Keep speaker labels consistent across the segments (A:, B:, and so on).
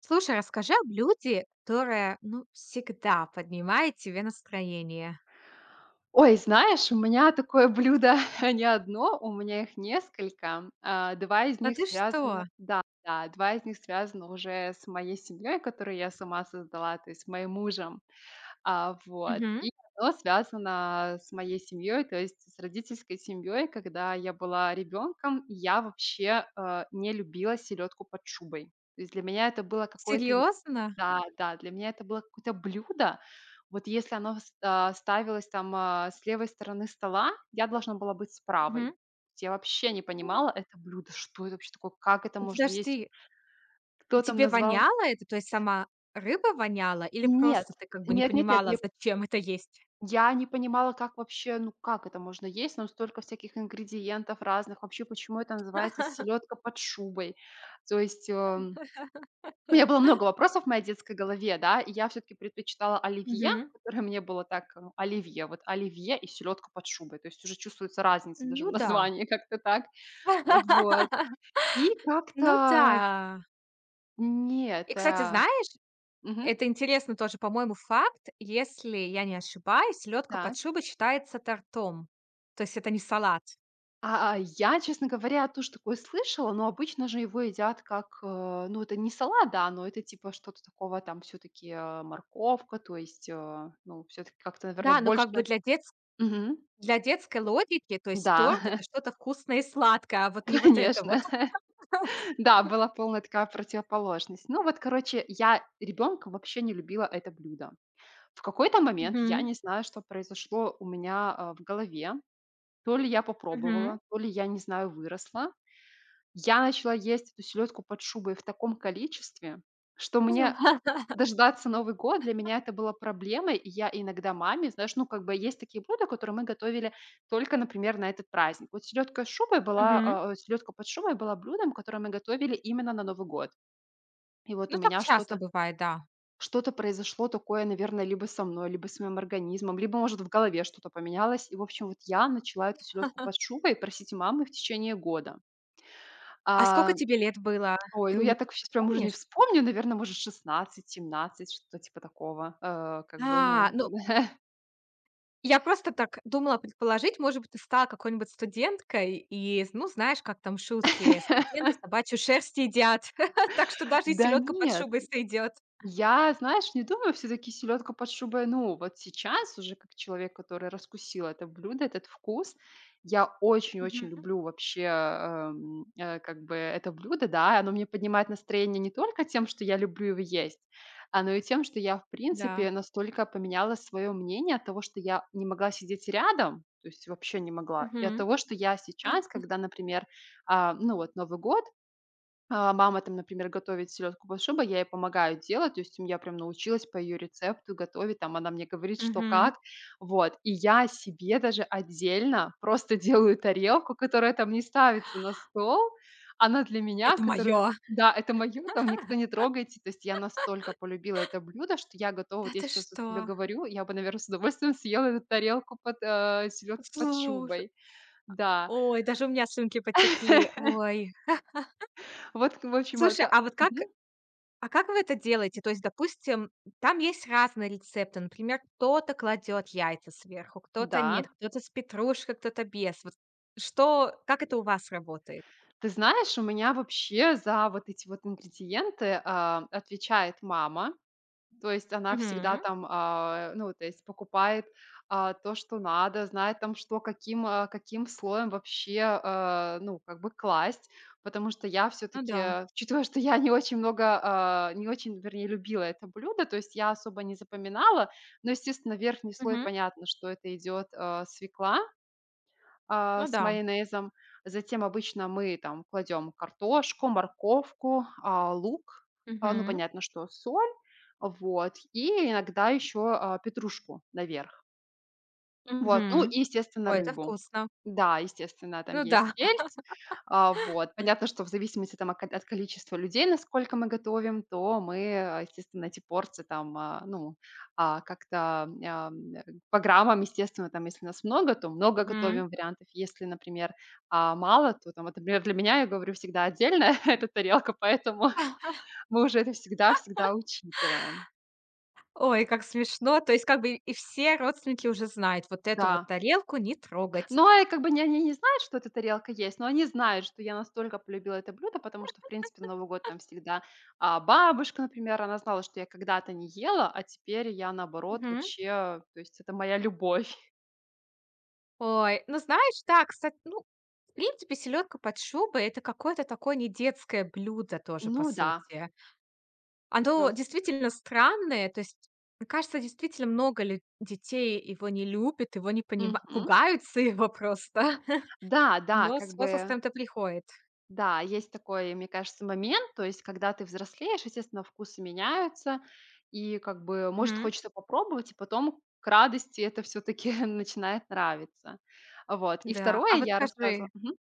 A: Слушай, расскажи о блюде, которое, ну, всегда поднимает тебе настроение.
B: Ой, знаешь, у меня такое блюдо не одно, у меня их несколько. А, 2 из
A: А
B: них
A: ты что?
B: связано, да, 2 из них связано уже с моей семьей, которую я сама создала, то есть моим мужем. А, вот.
A: Мгм.
B: И оно связано с моей семьей, то есть с родительской семьей. Когда я была ребенком, я вообще, не любила селедку под шубой. То есть для меня это было какое-то н...
A: Серьезно?
B: Да, да, для меня это было какое-то блюдо. Вот если оно с а, ставилось там, а, с левой стороны стола, я должна была быть с
A: Мгм.
B: правой. Я вообще не
A: М,
B: понимала это блюдо. Что это вообще такое? Как это можно
A: Подожди,
B: есть?
A: и
B: Кто там
A: тебе
B: назвал?
A: воняло это? То есть сама рыба воняла или
B: Нет,
A: просто ты как бы не
B: нет-нет-нет, не...
A: понимала, зачем это есть?
B: Я не понимала, как вообще, ну как это можно есть? Там столько всяких ингредиентов разных. Вообще, почему это называется селедка под шубой? То есть, у меня было много вопросов в моей детской голове, да, и я все-таки предпочитала оливье,
A: Мгм.
B: которое мне было так, ну, оливье, вот оливье и селедка под шубой. То есть уже чувствуется разница даже в
A: Ну да.
B: названии как-то так. Вот. И
A: Ну да.
B: как-то нет.
A: И, кстати, знаешь,
B: Мгм,
A: это интересно тоже, по-моему, факт. Если я не ошибаюсь, лёдка под
B: так.
A: шубой считается тортом. То есть это не салат.
B: А, я, честно говоря, тоже такое слышала, но обычно же его едят как, ну, это не салат, да, но это типа что-то такого, а там все-таки морковка, то есть, ну, все-таки как-то, наверное,
A: Да, но
B: больше.
A: как бы для дет
B: Мгм.
A: Для детской логики, то есть
B: Да,
A: торт — это что-то вкусное и сладкое, а вот не вот это вот.
B: конечно. Да, была полная такая противоположность. Ну вот, короче, я ребенком вообще не любила это блюдо. В какой-то момент, я
A: Мгм,
B: не знаю, что произошло у меня а, в голове, то ли я
A: мгм.
B: попробовала, то ли я, не знаю, выросла. Я начала есть эту селедку под шубой в таком количестве, что мне дождаться Новый год для меня это было проблемой. И я иногда маме, знаешь, ну, как бы есть такие блюда, которые мы готовили только, например, на этот праздник. Вот селедка с шубой была,
A: Мгм.
B: а, селедка под шубой была блюдом, которое мы готовили именно на Новый год. И вот у
A: Ну, так
B: меня
A: часто
B: что-то
A: бывает, да.
B: что-то произошло такое, наверное, либо со мной, либо с моим организмом, либо, может, в голове что-то поменялось. И, в общем, вот я начала эту селедку под шубой просить у мамы в течение года.
A: А
B: А...
A: сколько тебе лет было
B: Ой, ну
A: примерно,
B: я так сейчас прям уже не
A: помнишь?
B: вспомню, наверное, может, 16, 17, что-то типа такого. Как бы,
A: А,
B: ну...
A: ну, я просто так думала предположить, может быть, ты стала какой-нибудь студенткой и, ну, знаешь, как там шутки: "Студенты собачью шерсть едят". Так что даже и
B: Да
A: селедка под
B: нет.
A: шубой сойдет.
B: Я, знаешь, не думаю, все таки селедка под шубой. Ну, вот сейчас уже как человек, который раскусил это блюдо, этот вкус, я очень-очень
A: Мгм.
B: люблю вообще, как бы это блюдо, да. Оно мне поднимает настроение не только тем, что я люблю его есть, а но и тем, что я, в
A: Да.
B: принципе, настолько поменяла свое мнение от того, что я не могла сидеть рядом, то есть вообще не могла, и от
A: Мгм.
B: того, что я сейчас, когда, например, а, ну, вот Новый год, а, мама там, например, готовит селедку под шубой, я ей помогаю делать, то есть, я прям научилась по ее рецепту готовить, там она мне говорит, что
A: Мгм.
B: как. Вот, и я себе даже отдельно просто делаю тарелку, которая там не ставится на стол. Она для меня,
A: Это
B: которую...
A: мое.
B: Да, это мое, там никто не трогайте. То есть я настолько полюбила это блюдо, что я готова
A: Да
B: вот я
A: ты
B: сейчас вот
A: что?
B: тебе говорю, я бы, наверное, с удовольствием съела эту тарелку под, селедку под
A: Слушай.
B: шубой. Да.
A: Ой, даже у меня слюнки потекли. Ой.
B: Вот, в общем,
A: Слушай,
B: это...
A: а вот
B: Мгм.
A: как вы это делаете? То есть, допустим, там есть разные рецепты. Например, кто-то кладет яйца сверху, кто-то
B: Да.
A: нет, кто-то с петрушкой, кто-то без. Вот что как это у вас работает?
B: Ты знаешь, у меня вообще за вот эти вот ингредиенты, а, отвечает мама. То есть она всегда
A: Мгм.
B: там, а, ну, то есть покупает, а, то, что надо, знает там, что каким, а, каким слоем вообще, а, ну, как бы класть. Потому что я все
A: Ну да.
B: таки учитывая, что я не очень много, а, не очень, вернее, любила это блюдо, то есть я особо не запоминала. Но, естественно, верхний слой
A: Мгм.
B: понятно, что это идет а, свекла а,
A: Ну
B: с
A: да.
B: майонезом. Затем обычно мы там кладем картошку, морковку, а, лук, а, ну,
A: Мгм.
B: понятно, что соль, вот, и иногда еще а, петрушку наверх. Вот, ну
A: Мгм.
B: и, естественно,
A: Ой, это
B: рыбу.
A: вкусно.
B: Да, естественно, там
A: Ну
B: есть
A: да.
B: сельдь. А, вот. Понятно, что в зависимости там от ко- от количества людей, насколько мы готовим, то мы, а, естественно, эти порции там, а, ну, а, как-то, по граммам, естественно, там, если нас много, то много
A: Мгм.
B: готовим вариантов. Если, например, а, мало, то там, вот, например, для меня, я говорю, всегда отдельно эта тарелка, поэтому мы уже это всегда учитываем.
A: Ой, как смешно. То есть, как бы и все родственники уже знают: вот эту вот
B: Да.
A: тарелку не трогать.
B: Но и как бы не они не знают, что эта тарелка есть, но они знают, что я настолько полюбила это блюдо, потому что, в принципе, на Новый год там всегда а, бабушка, например, она знала, что я когда-то не ела, а теперь я, наоборот,
A: Мгм.
B: вообще, то есть это моя любовь.
A: Ой, ну знаешь, да, кстати, ну, в принципе, селедка под шубой — это какое-то такое недетское блюдо тоже,
B: Ну
A: по
B: да.
A: сути. Оно
B: А,
A: действительно странное, то есть, мне кажется, действительно много лю детей его не любят, его не понимают,
B: мгм.
A: пугаются его просто.
B: Да, да,
A: Но
B: как
A: с
B: бы...
A: возрастом-то приходит.
B: Да, есть такой, мне кажется, момент, то есть когда ты взрослеешь, естественно, вкусы меняются, и как бы, может,
A: Мгм.
B: хочется попробовать, и потом к радости это все-таки начинает нравиться. Вот. И
A: Да,
B: второе,
A: а вот
B: я
A: скажи,
B: рассказывала. Мгм.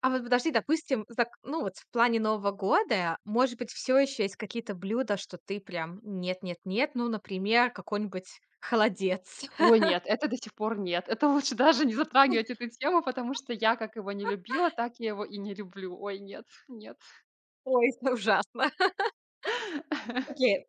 A: а вот подожди, допустим, зак ну, вот в плане Нового года, может быть, все еще есть какие-то блюда, что ты прям нет, нет, нет, ну, например, какой-нибудь холодец.
B: Ой, нет, это до сих пор нет. Это лучше даже не затрагивать эту тему, потому что я как его не любила, так я его и не люблю. Ой, нет, нет.
A: Ой, это ужасно. Окей.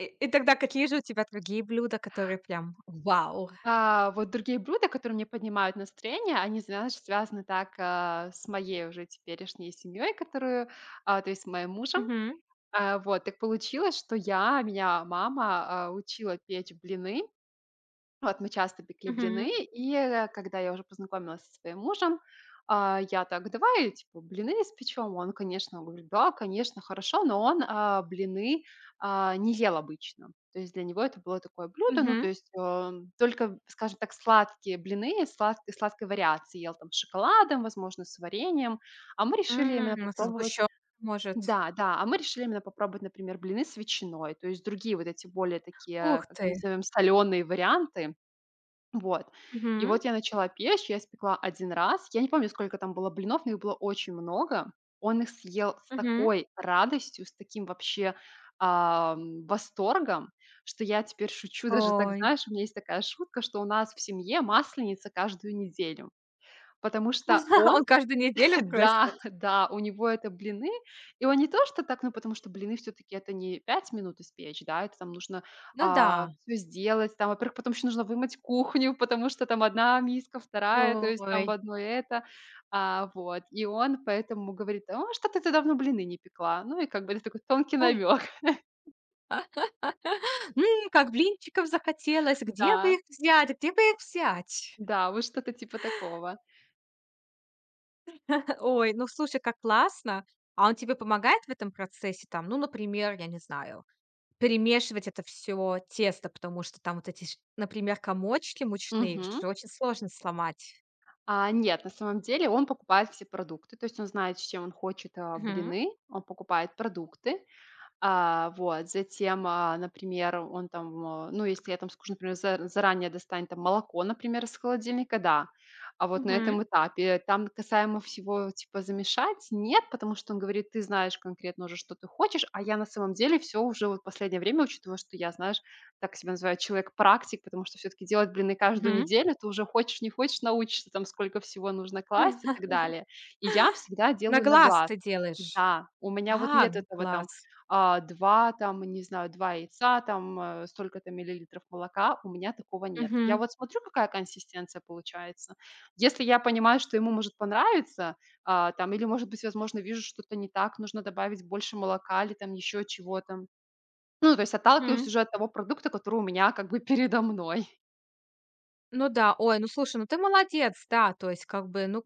A: И тогда какие же у тебя другие блюда, которые прям вау?
B: А, вот другие блюда, которые мне поднимают настроение, они, знаешь, связаны так, а, с моей уже теперешней семьей, которую, а, то есть с моим мужем.
A: Мгм,
B: А, вот так получилось, что я меня мама, а, учила печь блины. Вот мы часто пекли блины,
A: мгм,
B: и, когда я уже познакомилась со своим мужем, а, я так: "Давай, типа, блины испечем". Он, конечно, говорит: "Да, конечно, хорошо". Но он, а, блины, а, не ел обычно. То есть для него это было такое блюдо, ну, то
A: мгм.
B: есть, только, скажем так, сладкие блины, сладкой вариации. Ел там с шоколадом, возможно, с вареньем. А мы решили именно
A: Ну, со
B: попробовать,
A: сгущёнкой, может.
B: да, да, а мы решили именно попробовать, например, блины с ветчиной, то есть другие вот эти более такие,
A: Ух
B: как
A: ты.
B: назовём, соленые варианты. Вот. И
A: Мгм,
B: вот я начала печь, я испекла один раз. Я не помню, сколько там было блинов, но их было очень много. Он их съел с
A: мгм.
B: такой радостью, с таким вообще, восторгом, что я теперь шучу даже так,
A: Ой,
B: знаешь, у меня есть такая шутка, что у нас в семье масленица каждую неделю, потому что он
A: он каждую неделю
B: да,
A: просит?
B: да, у него это блины, и он не то, что так, ну, потому что блины все таки это не 5 минут испечь, да, это там нужно,
A: Ну да.
B: все сделать, там, во-первых, потом еще нужно вымыть кухню, потому что там одна миска, вторая, то есть
A: Ой.
B: там одно одной это, а, вот. И он поэтому говорит: "А, что-то ты давно блины не пекла". Ну, и как бы это такой тонкий намек.
A: Как блинчиков захотелось. Где бы
B: Да,
A: их взять? Где бы их взять?
B: да, вот что-то типа такого.
A: Ой, ну слушай, как классно. А он тебе помогает в этом процессе? Там, ну, например, я не знаю, перемешивать это все тесто, потому что там вот эти ш например, комочки мучные, их
B: Мгм.
A: же очень сложно сломать.
B: А, нет, на самом деле он покупает все продукты, то есть он знает, с чем он хочет, а,
A: Мгм.
B: блины, он покупает продукты. А, вот, затем, а, например, он там, а, ну, если я там скажу, например, за- заранее достанет там молоко, например, из холодильника, да. А вот на
A: Мгм.
B: этом этапе там касаемо всего, типа, замешать, нет, потому что он говорит, ты знаешь конкретно уже, что ты хочешь, а я на самом деле все уже вот последнее время, учитывая, что я, знаешь, так себя называю человек-практик, потому что все-таки делать блины каждую
A: Мгм.
B: неделю, ты уже хочешь, не хочешь, научишься там, сколько всего нужно класть и так далее. И я всегда
A: На
B: делаю на
A: глаз
B: глаз.
A: ты делаешь.
B: Да, у меня вот
A: А,
B: нет
A: на
B: этого там
A: глаз.
B: а, 2 там, не знаю, 2 яйца, там, столько-то миллилитров молока. У меня такого нет. Я
A: Мгм.
B: вот смотрю, какая консистенция получается. Если я понимаю, что ему может понравиться, а, там, или, может быть, возможно, вижу что-то не так, нужно добавить больше молока или там еще чего-то. Ну, то есть отталкиваюсь
A: Мгм.
B: уже от того продукта, который у меня как бы передо мной.
A: Ну да. Ой, ну слушай, ну ты молодец, да. То есть как бы, ну.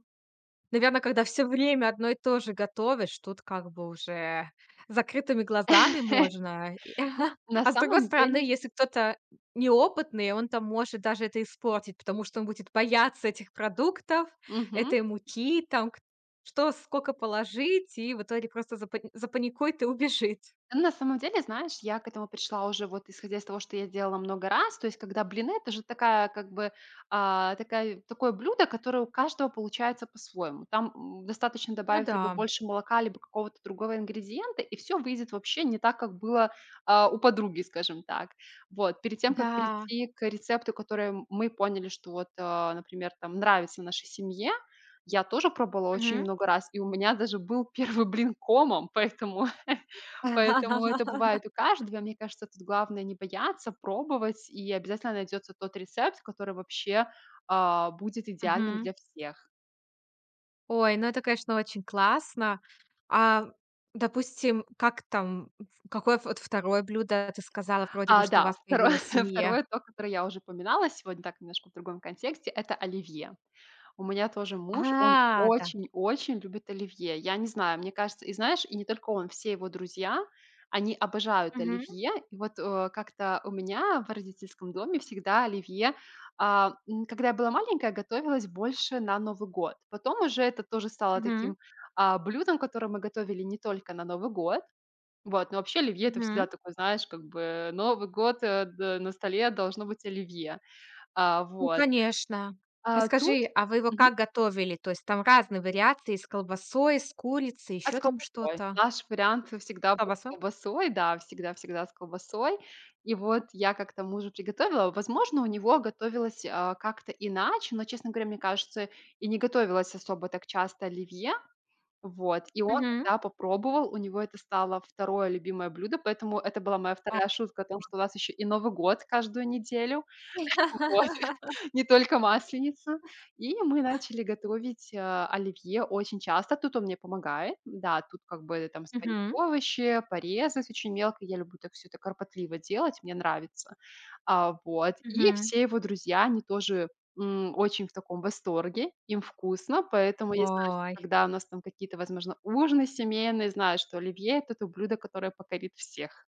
A: Наверное, когда все время одно и то же готовишь, тут как бы уже закрытыми глазами можно. И
B: На
A: А с другой
B: самом
A: стороны,
B: деле...
A: если кто-то неопытный, он там может даже это испортить, потому что он будет бояться этих продуктов,
B: Мгм.
A: этой муки, там к что сколько положить, и в итоге просто запаникует и убежит.
B: Ну, на самом деле, знаешь, я к этому пришла уже вот исходя из того, что я делала много раз. То есть, когда блины — это же такая как бы, а, такая такое блюдо, которое у каждого получается по-своему. Там, достаточно
A: Ну
B: добавить либо
A: да.
B: больше молока, либо какого-то другого ингредиента, и все выйдет вообще не так, как было, а, у подруги, скажем так. Вот. Перед тем, как
A: Да.
B: прийти к рецепту, который мы поняли, что вот, а, например, там нравится нашей семье, я тоже пробовала очень
A: Мгм.
B: много раз, и у меня даже был первый блин комом, поэтому Поэтому это бывает у каждого. Мне кажется, тут главное не бояться, пробовать, и обязательно найдется тот рецепт, который вообще, а, будет идеальным
A: Мгм.
B: для всех.
A: Ой, ну это, конечно, очень классно. А, допустим, как там, в какое вот второе блюдо ты сказала, вроде бы,
B: А,
A: что у
B: да,
A: вас
B: второе
A: появилась в семье?
B: второе, то, которое я уже упоминала сегодня, так немножко в другом контексте — это оливье. У меня тоже муж, он
A: А, да.
B: очень-очень любит оливье. Я не знаю, мне кажется, и знаешь, и не только он, все его друзья, они обожают
A: Мгм,
B: оливье. И вот как-то у меня в родительском доме всегда оливье. А, когда я была маленькая, готовилась больше на Новый год. Потом уже это тоже стало
A: мгм,
B: таким блюдом, которое мы готовили не только на Новый год. Вот, но вообще оливье — это
A: мгм.
B: всегда такой, знаешь, как бы Новый год, на столе должно быть оливье. А,
A: Ну,
B: вот.
A: конечно.
B: А
A: Расскажи,
B: тут.
A: а вы его как готовили? То есть там разные вариации с колбасой, с курицей,
B: А с
A: еще там
B: колбасой.
A: что-то?
B: Наш вариант всегда
A: С
B: был с
A: колбасой?
B: колбасой, да, всегда-всегда с колбасой. И вот я как-то мужу приготовила. Возможно, у него готовилось, как-то иначе, но, честно говоря, мне кажется, и не готовилось особо так часто оливье. Вот. И он
A: Мгм.
B: когда попробовал, у него это стало второе любимое блюдо, поэтому это была моя
A: О.
B: вторая шутка о том, что у нас еще и Новый год каждую неделю. Вот, не только масленицу. И мы начали готовить, оливье очень часто. Тут он мне помогает. Да, тут как бы там сварить
A: Мгм,
B: овощи, порезать очень мелко. Я люблю так все это кропотливо делать, мне нравится. А, вот. И
A: мгм.
B: все его друзья, они тоже, очень в таком восторге, им вкусно. Поэтому я знаю, что
A: Ой.
B: когда у нас там какие-то, возможно, ужины семейные, знаю, что оливье — это то блюдо, которое покорит всех.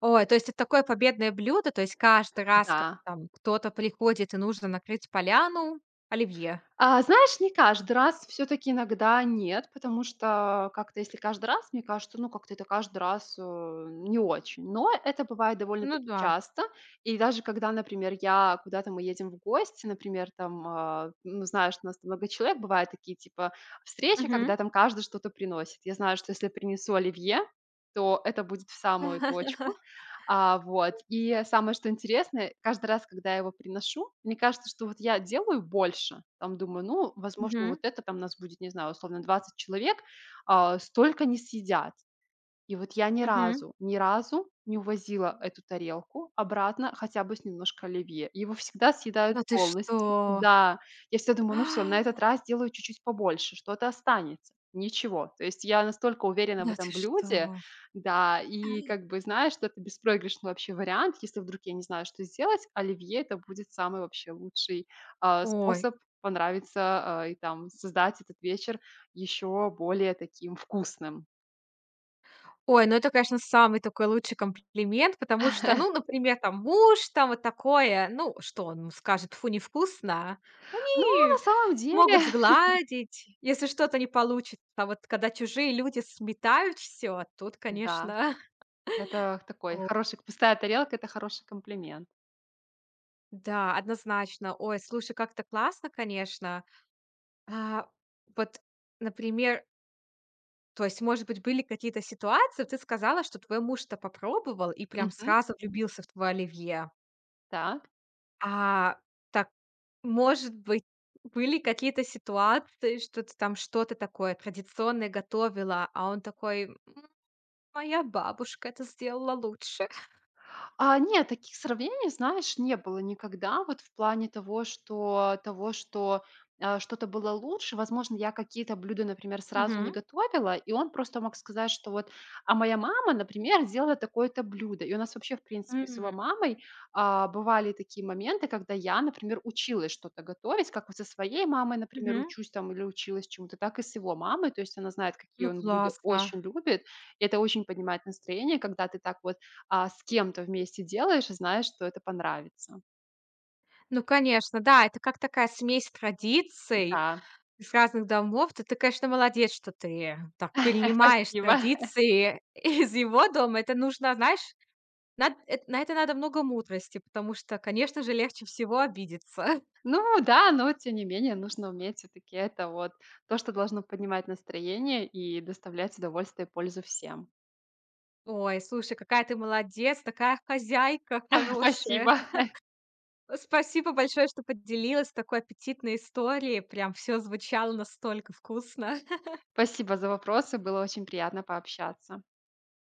A: Ой, то есть это такое победное блюдо, то есть каждый раз к
B: Да.
A: там кто-то приходит и нужно накрыть поляну оливье.
B: А, знаешь, не каждый раз, все таки иногда нет, потому что как-то если каждый раз, мне кажется, ну, как-то это каждый раз, не очень. Но это бывает
A: Ну
B: довольно-таки
A: да.
B: часто. И даже когда, например, я куда-то мы едем в гости, например, там, ну, знаешь, у нас там много человек, бывают такие, типа, встречи, когда
A: Мгм.
B: там каждый что-то приносит. Я знаю, что если принесу оливье, то это будет в самую точку. А, вот. И самое, что интересное, каждый раз, когда я его приношу, мне кажется, что вот я делаю больше. Там думаю, ну, возможно, вот
A: Мгм.
B: это там нас будет, не знаю, условно 20 человек, столько не съедят. И вот я ни
A: Мгм.
B: разу, ни разу не увозила эту тарелку обратно хотя бы с немножко оливье. Его всегда съедают
A: Да ты что?
B: полностью. Да, я всегда думаю, ну все, на этот раз сделаю чуть-чуть побольше, что-то останется. Ничего. То есть я настолько уверена в
A: Да ты
B: этом блюде,
A: что?
B: да, и как бы, знаешь, что это беспроигрышный вообще вариант. Если вдруг я не знаю, что сделать, оливье — это будет самый вообще лучший,
A: Ой.
B: способ понравиться, и там создать этот вечер еще более таким вкусным.
A: Ой, ну это, конечно, самый такой лучший комплимент, потому что, ну, например, там муж, там вот такое, ну, что он скажет: "Фу, невкусно".
B: Ну, на
A: Они
B: самом деле,
A: могут сгладить, если что-то не получится. А вот когда чужие люди сметают всё, тут,
B: да,
A: конечно,
B: это такой
A: О,
B: хороший — пустая тарелка — это хороший комплимент.
A: да, однозначно. Ой, слушай, как-то классно, конечно. А, вот, например, то есть, может быть, были какие-то ситуации, вот ты сказала, что твой муж-то попробовал и прям
B: Мгм.
A: сразу влюбился в твое оливье.
B: Да.
A: А, так, может быть, были какие-то ситуации, что ты там что-то такое традиционное готовила, а он такой: "М, моя бабушка это сделала лучше".
B: А, нет, таких сравнений, знаешь, не было никогда. Вот в плане того, что что-то было лучше. Возможно, я какие-то блюда, например, сразу не
A: Мгм.
B: готовила, и он просто мог сказать, что вот: "А моя мама, например, делала такое-то блюдо". И у нас вообще, в принципе, с его
A: М.
B: мамой, бывали такие моменты, когда я, например, училась что-то готовить, как вот со своей мамой, например,
A: Мгм.
B: учусь там или училась чему-то, так и с его мамой. То есть она знает, какие
A: Ну,
B: он блюда
A: классно.
B: очень любит. И это очень поднимает настроение, когда ты так вот с кем-то вместе делаешь и знаешь, что это понравится.
A: Ну, конечно, да, это как такая смесь традиций
B: Да,
A: из разных домов. Ты, конечно, молодец, что ты так перенимаешь
B: спасибо.
A: традиции из его дома. Это нужно, знаешь, над эт на это надо много мудрости, потому что, конечно же, легче всего обидеться.
B: Ну да, но вот тем не менее нужно уметь все таки это вот то, что должно поднимать настроение и доставлять удовольствие и пользу всем.
A: Ой, слушай, какая ты молодец, такая хозяйка хорошая.
B: Спасибо.
A: Спасибо большое, что поделилась такой аппетитной историей. Прям все звучало настолько вкусно.
B: Спасибо за вопросы, было очень приятно пообщаться.